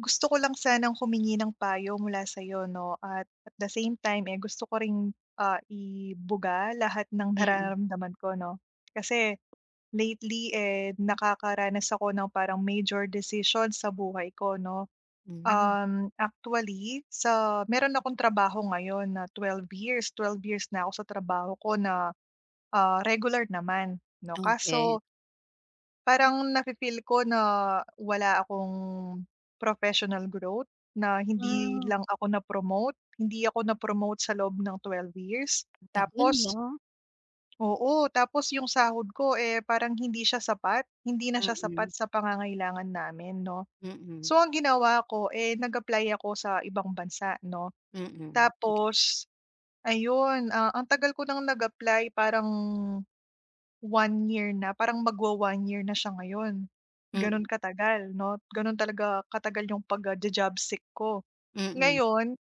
Gusto ko lang sanang humingi ng payo mula sa'yo 'no at the same time, eh, gusto ko ring, ibuga lahat ng Mm. nararamdaman ko 'no. Kasi lately, eh, nakakaranas ako ng parang major decision sa buhay ko 'no. Hmm. Actually sa meron akong trabaho ngayon na 12 years, 12 years na ako sa trabaho ko na, regular naman 'no. Okey. Kaso parang nafi-feel ko na wala akong professional growth, na hindi Ah, lang ako na-promote, hindi ako na-promote sa loob ng 12 years. tagal, Tapos ah. oo, tapos yung sahod ko, eh, parang hindi siya sapat, hindi na siya Mm. sapat sa pangangailangan namin 'no. Mm. So ang ginawa ko, eh, nag-apply ako sa ibang bansa 'no, Mm. tapos ayun, ang tagal ko ng nag-apply parang one year na, parang magwa-1 year na siya ngayon, Mm. gano'n katagal 'no, gano'n talaga katagal yung pagja-job seek ko. Mm. Ngayon,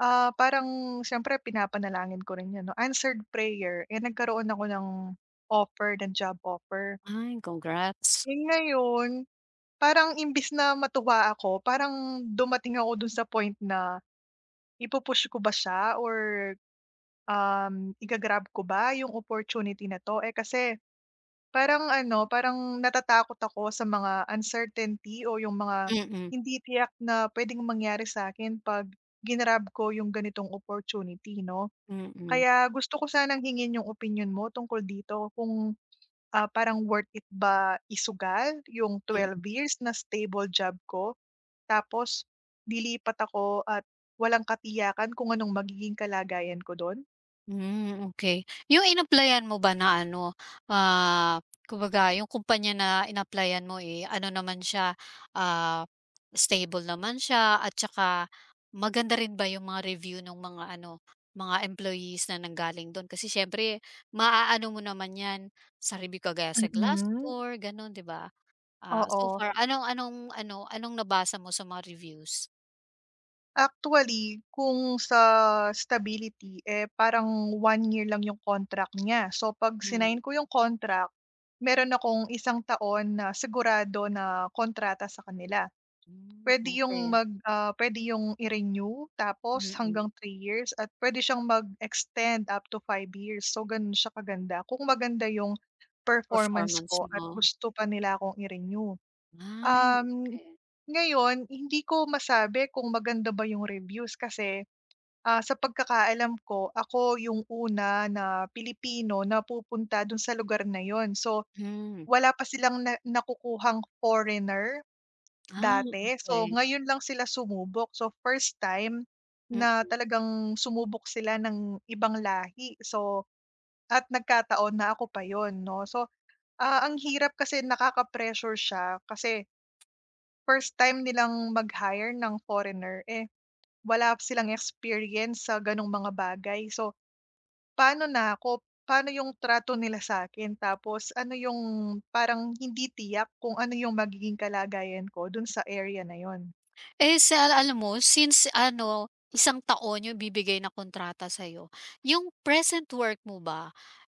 parang siyempre pinapanalangin ko rin 'yan 'no, answered prayer, eh, nagkaroon ako ng offer, ng job offer. Ay, congrats. Eh, ngayon, parang imbis na matuwa ako, parang dumating ako dun sa point na ipu ko ba siya or, um, igagrab ko ba yung opportunity na 'to, eh, kasi parang ano, parang natatakot ako sa mga uncertainty o yung mga Mm. hindi tiyak na puwedeng mangyari sa akin 'pag ginrab ko yung ganitong opportunity 'no. Mm. Mm. Kaya gusto ko sanang hingin yung opinyon mo tungkol dito kung, parang worth it ba isugal yung twelve Mm. years na stable job ko, tapos lilipat ako at walang katiyakan kung anong magiging kalagayan ko dun? Hmm, okay. Yung inapplyan mo ba na ano, ah, kumbaga yung kumpanya na inapplyan mo, eh, ano naman siya, ah, stable naman siya at saka maganda rin ba yung mga review ng mga ano, mga employees na nanggaling dun? Kasi siyempre maaano mo naman 'yan sa review kagaya sa Mm. Glassdoor, gano'n, 'di ba? Ah, so Oo. far anong anong ano, anong nabasa mo sa mga reviews? Actually, kung sa stability, eh, parang one year lang yung contract niya. So 'pag Hmm. sinain ko yung contract, meron akong isang taon na sigurado na kontrata sa kanila. Hmm, okey. Pwede Mm. yung Okay. mag, ah, Puwede yung i-renew tapos Mm-mm. hanggang 3 years at pwede siyang mag-extend up to 5 years. So gano'n siya kaganda, kung maganda yung performance Performance ko at mo. gusto pa nila akong i-renew. Ay, Um, okay. ngayon hindi ko masabi kung maganda ba yung reviews kasi, sa pagkakaalam ko ako yung una na Pilipino na pupunta dun sa lugar na yon. So, Hmm. wala pa silang na nakukuhang foreigner Ah, dati. So, okay. ngayon lang sila sumubok. So, first time na Mm. talagang sumubok sila ng ibang lahi. So, at nagkataon na ako pa yon 'no. So, ang hirap kasi nakaka-pressure siya kasi first time nilang mag-hire ng foreigner, eh, wala silang experience sa gano'ng mga bagay. So, paano na ako paano yung trato nila sa akin tapos ano yung parang hindi tiyak kung ano yung magiging kalagayan ko dun sa area na yun. Eh, sa alam mo since ano, isang taon yung bibigay na kontrata sa'yo, yung present work mo ba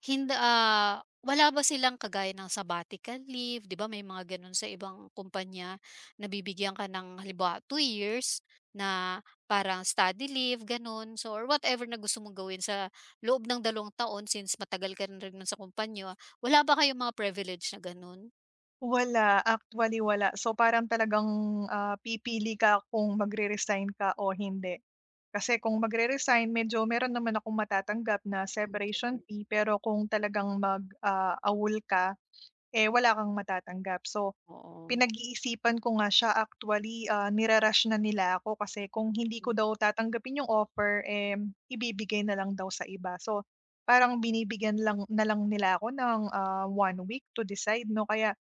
hindi ah, wala ba silang kagaya ng sabbatical leave, 'di ba may mga gano'n sa ibang kumpanya, na bibigyan ka ng halimbawa 2 years na parang study leave gano'n, so or whatever na gusto mong gawin sa loob ng 2 taon since matagal ka na rin nun sa kumpanya, wala ba kayong mga privilege na gano'n? Wala, actually wala. So, parang talagang, pipili ka kung magre-resign ka o hindi. Kasi kung magre-resign medyo meron naman akong matatanggap na Hmm. separation fee pero kung talagang mag, awol ka. Eh, wala kang matatanggap. So, Oo. pinag-iisipan ko nga siya actually, nire-rush na nila ako kasi kung hindi ko Hmm. daw tatanggapin yung offer, eh, ibibigay na lang daw sa iba. So, parang binibigyan lang na lang nila ako ng one week to decide, no? Kaya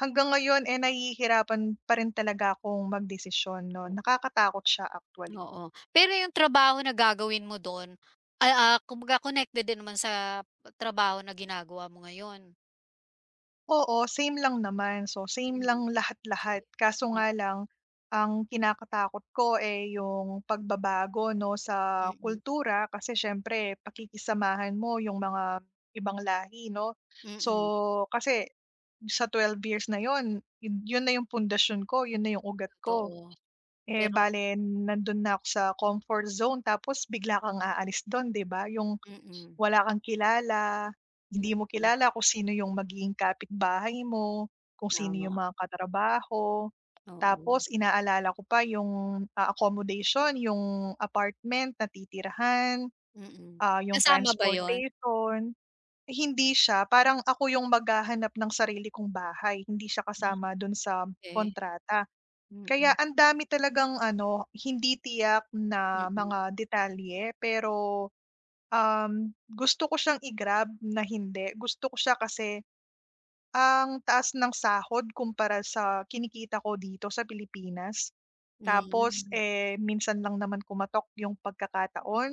hanggang ngayon, eh, nahihirapan pa rin talaga akong magdesisyon, no? Nakakatakot siya actually. Oo. Pero yung trabaho na gagawin mo dun, ah, kumbaga connected din naman sa trabaho na ginagawa mo ngayon? Oo, same lang naman. So, same Hmm, lang okey. lahat-lahat. Kaso Oo. nga lang, ang kinakatakot ko, eh, yung pagbabago 'no, sa Mm. kultura kasi siyempre pakikisamahan mo yung mga ibang lahi 'no. Mm, So, kasi sa 12 years na yon yun yun na yung pundasyon ko, yun na yung ugat ko. totoo. Eh, Pero bale nandun na ako sa comfort zone tapos bigla kang aalis dun, 'di ba? Yung mm, wala kang kilala, hindi mo mm, kilala kung sino yung magiging kapitbahay mo, kung sino yung tama, mga katrabaho. oo, Tapos inaalala ko pa yung, accommodation, yung apartment na titirhan, mm. Yung Kasama ba yon? transportation. Hindi siya parang ako yung maghahanap ng sarili kong bahay, hindi siya kasama dun sa Okay. kontrata. Kaya Mm. ang dami talagang ano, hindi tiyak na Mm. mga detalye pero gusto ko siyang i-grab na hindi, gusto ko siya kasi ang taas ng sahod kumpara sa kinikita ko dito sa Pilipinas. Tapos, Mm. eh, minsan lang naman kumatok yung pagkakataon.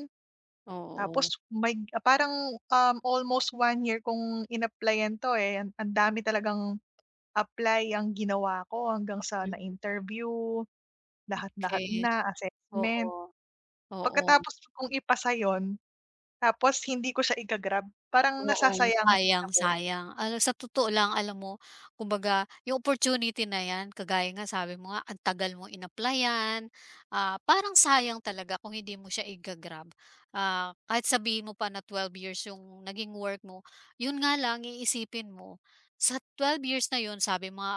Tapos Oo. may parang, almost one year kong in-applyan 'to, eh, ang dami talagang apply ang ginawa ko hanggang sa na-interview, lahat-lahat Okey. na, assessment. Oo. Oo. Pagkatapos kong ipasa 'yun. Tapos hindi ko siya iga-grab, parang Oo, nasasayangan din sayang, ako. sayang. Alam sa totoo lang alam mo, kumbaga yung opportunity na 'yan kagaya nga sabi mo nga ang tagal mo in-applyan, parang sayang talaga kung hindi mo siya iga-grab. Ah, kahit sabihin mo pa na 12 years yung naging work mo, yun nga lang iisipin mo, sa 12 years na yun sabi mo nga,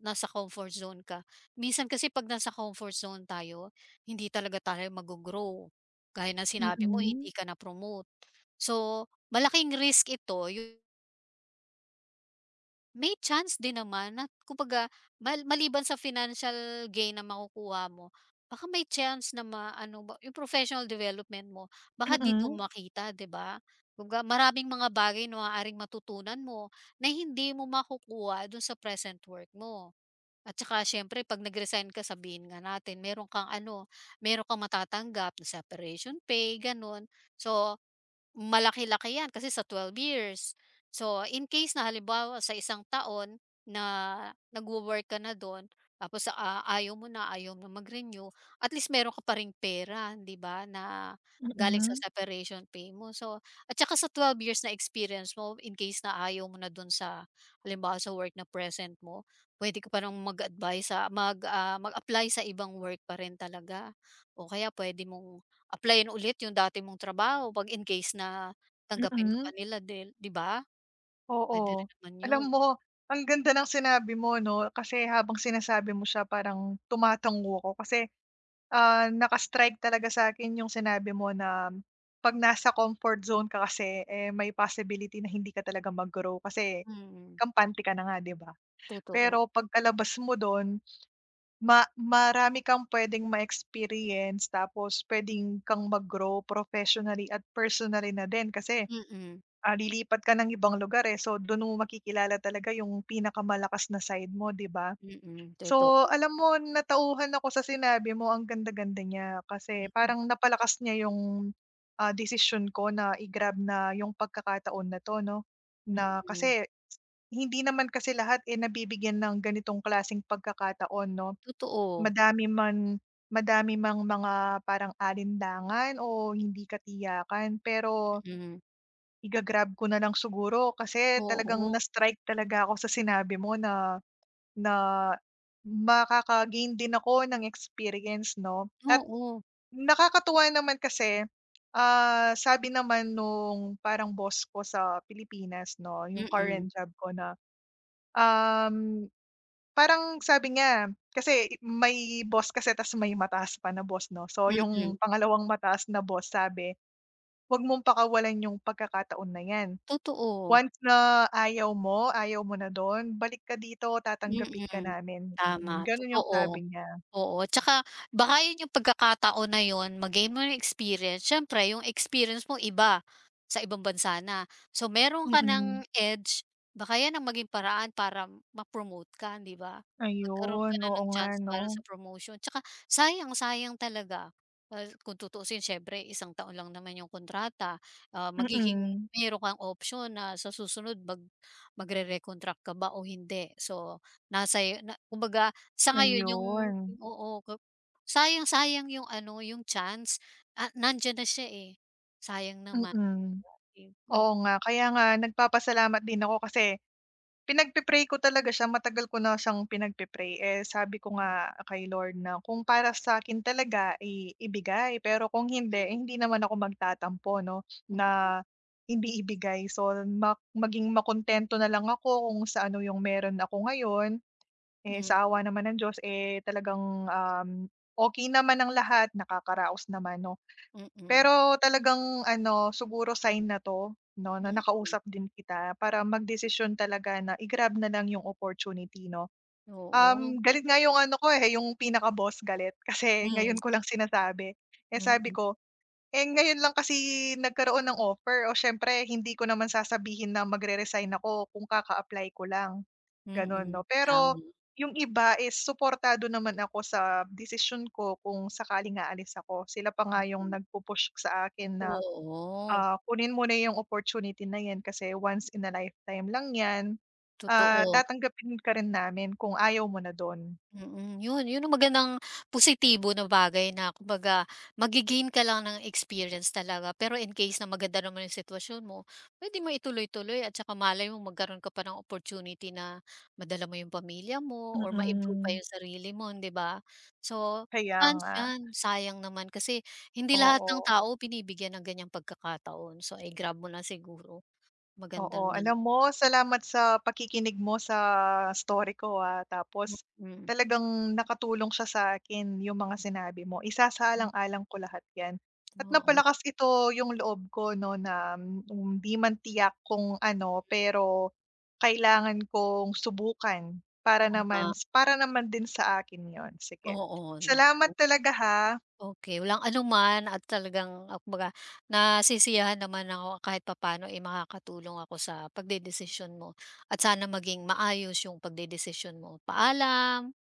nasa comfort zone ka. Minsan kasi 'pag nasa comfort zone tayo, hindi talaga tayo maggo-grow. Gaya ng sinabi mo Mm. hindi ka na-promote. So, malaking risk ito, may chance din naman na kumbaga maliban sa financial gain na makukuha mo, baka may chance na ano ba yung professional development mo, baka dito Mm, makita, 'di ba? Kumbaga maraming mga bagay na maaaring matutunan mo na hindi mo makukuha dun sa present work mo. At saka siyempre 'pag nag-resign ka sabihin nga natin meron kang matatanggap na separation pay, gano'n. So, malaki-laki 'yan kasi sa 12 years. So, in case na halimbawa sa isang taon na nagwo-work ka na do'n tapos, ayaw mo na mag-renew, at least meron ka pa ring pera, 'di ba, na galing sa mm, separation pay mo. So, at saka sa 12 years na experience mo in case na ayaw mo na do'n sa halimbawa sa work na present mo, puwede ka pa ng mag-advice sa mag-apply sa ibang work pa rin talaga o kaya puwede mong applyin ulit yung dati mong trabaho 'pag in case na tanggapin ka mm, pa nila dahil 'di ba? Puwede oo. rin naman Alam yun, mo, ang ganda ng sinabi mo 'no, kasi habang sinasabi mo siya parang tumatango ako kasi, naka-strike talaga sa'kin yung sinabi mo na 'pag nasa comfort zone ka kasi, eh, may possibility na hindi ka talaga mag-grow kasi mm, kampante ka na nga, 'di ba? totoo. Pero pagkalabas mo dun. Marami kang puwedeng ma-experience tapos puwedeng kang mag-grow professionally at personally na din kasi, Mm, lilipat ka ng ibang lugar, eh. So, dun mo makikilala talaga yung pinakamalakas na side mo, 'di ba? mm, So, totoo. alam mo natauhan ako sa sinabi mo, ang ganda-ganda niya kasi Mm, parang napalakas niya yung, desisyon ko na i-grab na yung pagkakataon na 'to 'no, na mm, kasi hindi naman kasi lahat, eh, nabibigyan ng ganitong klaseng pagkakataon 'no. totoo, Madami man madami mang mga parang alinlangan o hindi katiyakan, pero mm. iga-grab ko na lang siguro kasi talagang Oo, na-strike talaga ako sa sinabi mo na na makaka-gain din ako ng experience 'no. At oo, nakakatuwa naman kasi, sabi naman nung parang boss ko sa Pilipinas 'no, yung mm, current job ko na, um Parang sabi niya, kasi may boss kasi tas may mataas pa na boss 'no. So mm, yung pangalawang mataas na boss sabi, "Huwag mong pakawalan yung pagkakataon na 'yan. totoo, Once na ayaw mo na dun, balik ka dito tatanggapit ka mm. namin." Mm, Tama, ganun yung totoo. sabi niya. Oo, tsaka baka yun yung pagkakataon na yun ma-gain mo yung experience, siyempre yung experience mo iba, sa ibang bansa na. So meron ka ng Mm. edge, baka yan ang maging paraan para ma-promote ka, 'di ba? Magkaroon ka Ayun, na oo ng nga chance 'no. para sa promotion tsaka sayang-sayang talaga. Dahil kung tutuusin siyempre isang taon lang naman yung kontrata, ah, magiging Mm, meron kang option na sa susunod magre-recontract ka ba o hindi. So nasa 'yo na kumbaga sa ngayon ayun. oo, sayang-sayang yung chance, ah, nandiyan na siya, eh. Sayang naman, Mm. eh, mm, Oo nga, kaya nga nagpapasalamat din ako kasi pinagpe-pray ko talaga siya, matagal ko na siyang pinagpe-pray, eh, sabi ko nga kay Lord na kung para sa akin talaga, eh, ibigay pero kung hindi, eh, hindi naman ako magtatampo 'no, mm, na hindi ibigay. So maging makontento na lang ako kung sa ano yung meron ako ngayon, eh, mm, sa awa naman ng Diyos, eh, talagang, okey naman ang lahat, nakakaraos naman 'no. mm, Pero talagang ano, siguro sign na 'to 'no, na mm. nakausap din kita para magdesisyon talaga na i-grab na lang yung opportunity 'no. Oo, Galit nga yung totoo. ano ko, eh, yung pinaka-boss galit kasi Hmm, ngayon ko lang sinasabi. Eh, sabi mm, ko eh, ngayon lang kasi nagkaroon ng offer o siyempre hindi ko naman sasabihin na magre-resign ako kung kaka-apply ko lang, mm, gano'n 'no. mm. Pero Tama, yung iba is supportado naman ako sa decision ko kung sakaling aalis ako. Sila pa nga mm. yung Mm. nagpu sa akin na, Oo, kunin mo na yung opportunity na yan kasi once in a lifetime lang yan, totoo. tatanggapin ka rin namin kung ayaw mo na dun. Mm, yun yun ang magandang positibo na bagay na kumbaga magge-gain ka lang ng experience talaga. Pero in case na maganda naman yung sitwasyon mo, puwede mo ituloy-tuloy at saka malay mo magkaroon ka pa ng opportunity na madala mo yung pamilya mo or ma-improve pa Mm, yung sarili mo, hindi ba? So, kaya chance nga, yan, sayang naman kasi hindi lahat ng oo. tao binibigyan ng ganyang pagkakataon. So, i grab mo lang siguro, maganda Oo, naman. alam mo salamat sa pakikinig mo sa story ko, tapos Mm, talagang nakatulong siya sa akin yung mga sinabi mo. mm. Isasaalang-alang ko lahat 'yan at Oo, napalakas ito yung loob ko 'no na hindi man tiyak kung ano, pero kailangan kong subukan tama. para naman din sa akin 'yon. Sige, Oo, salamat naku. talaga ha. Okey, walang anuman at talagang, kumbaga nasisiyahan naman ako kahit papaano, eh, makakatulong ako sa pagdedesisyon mo at sana maging maayos yung pagdedesisyon mo. Paalam.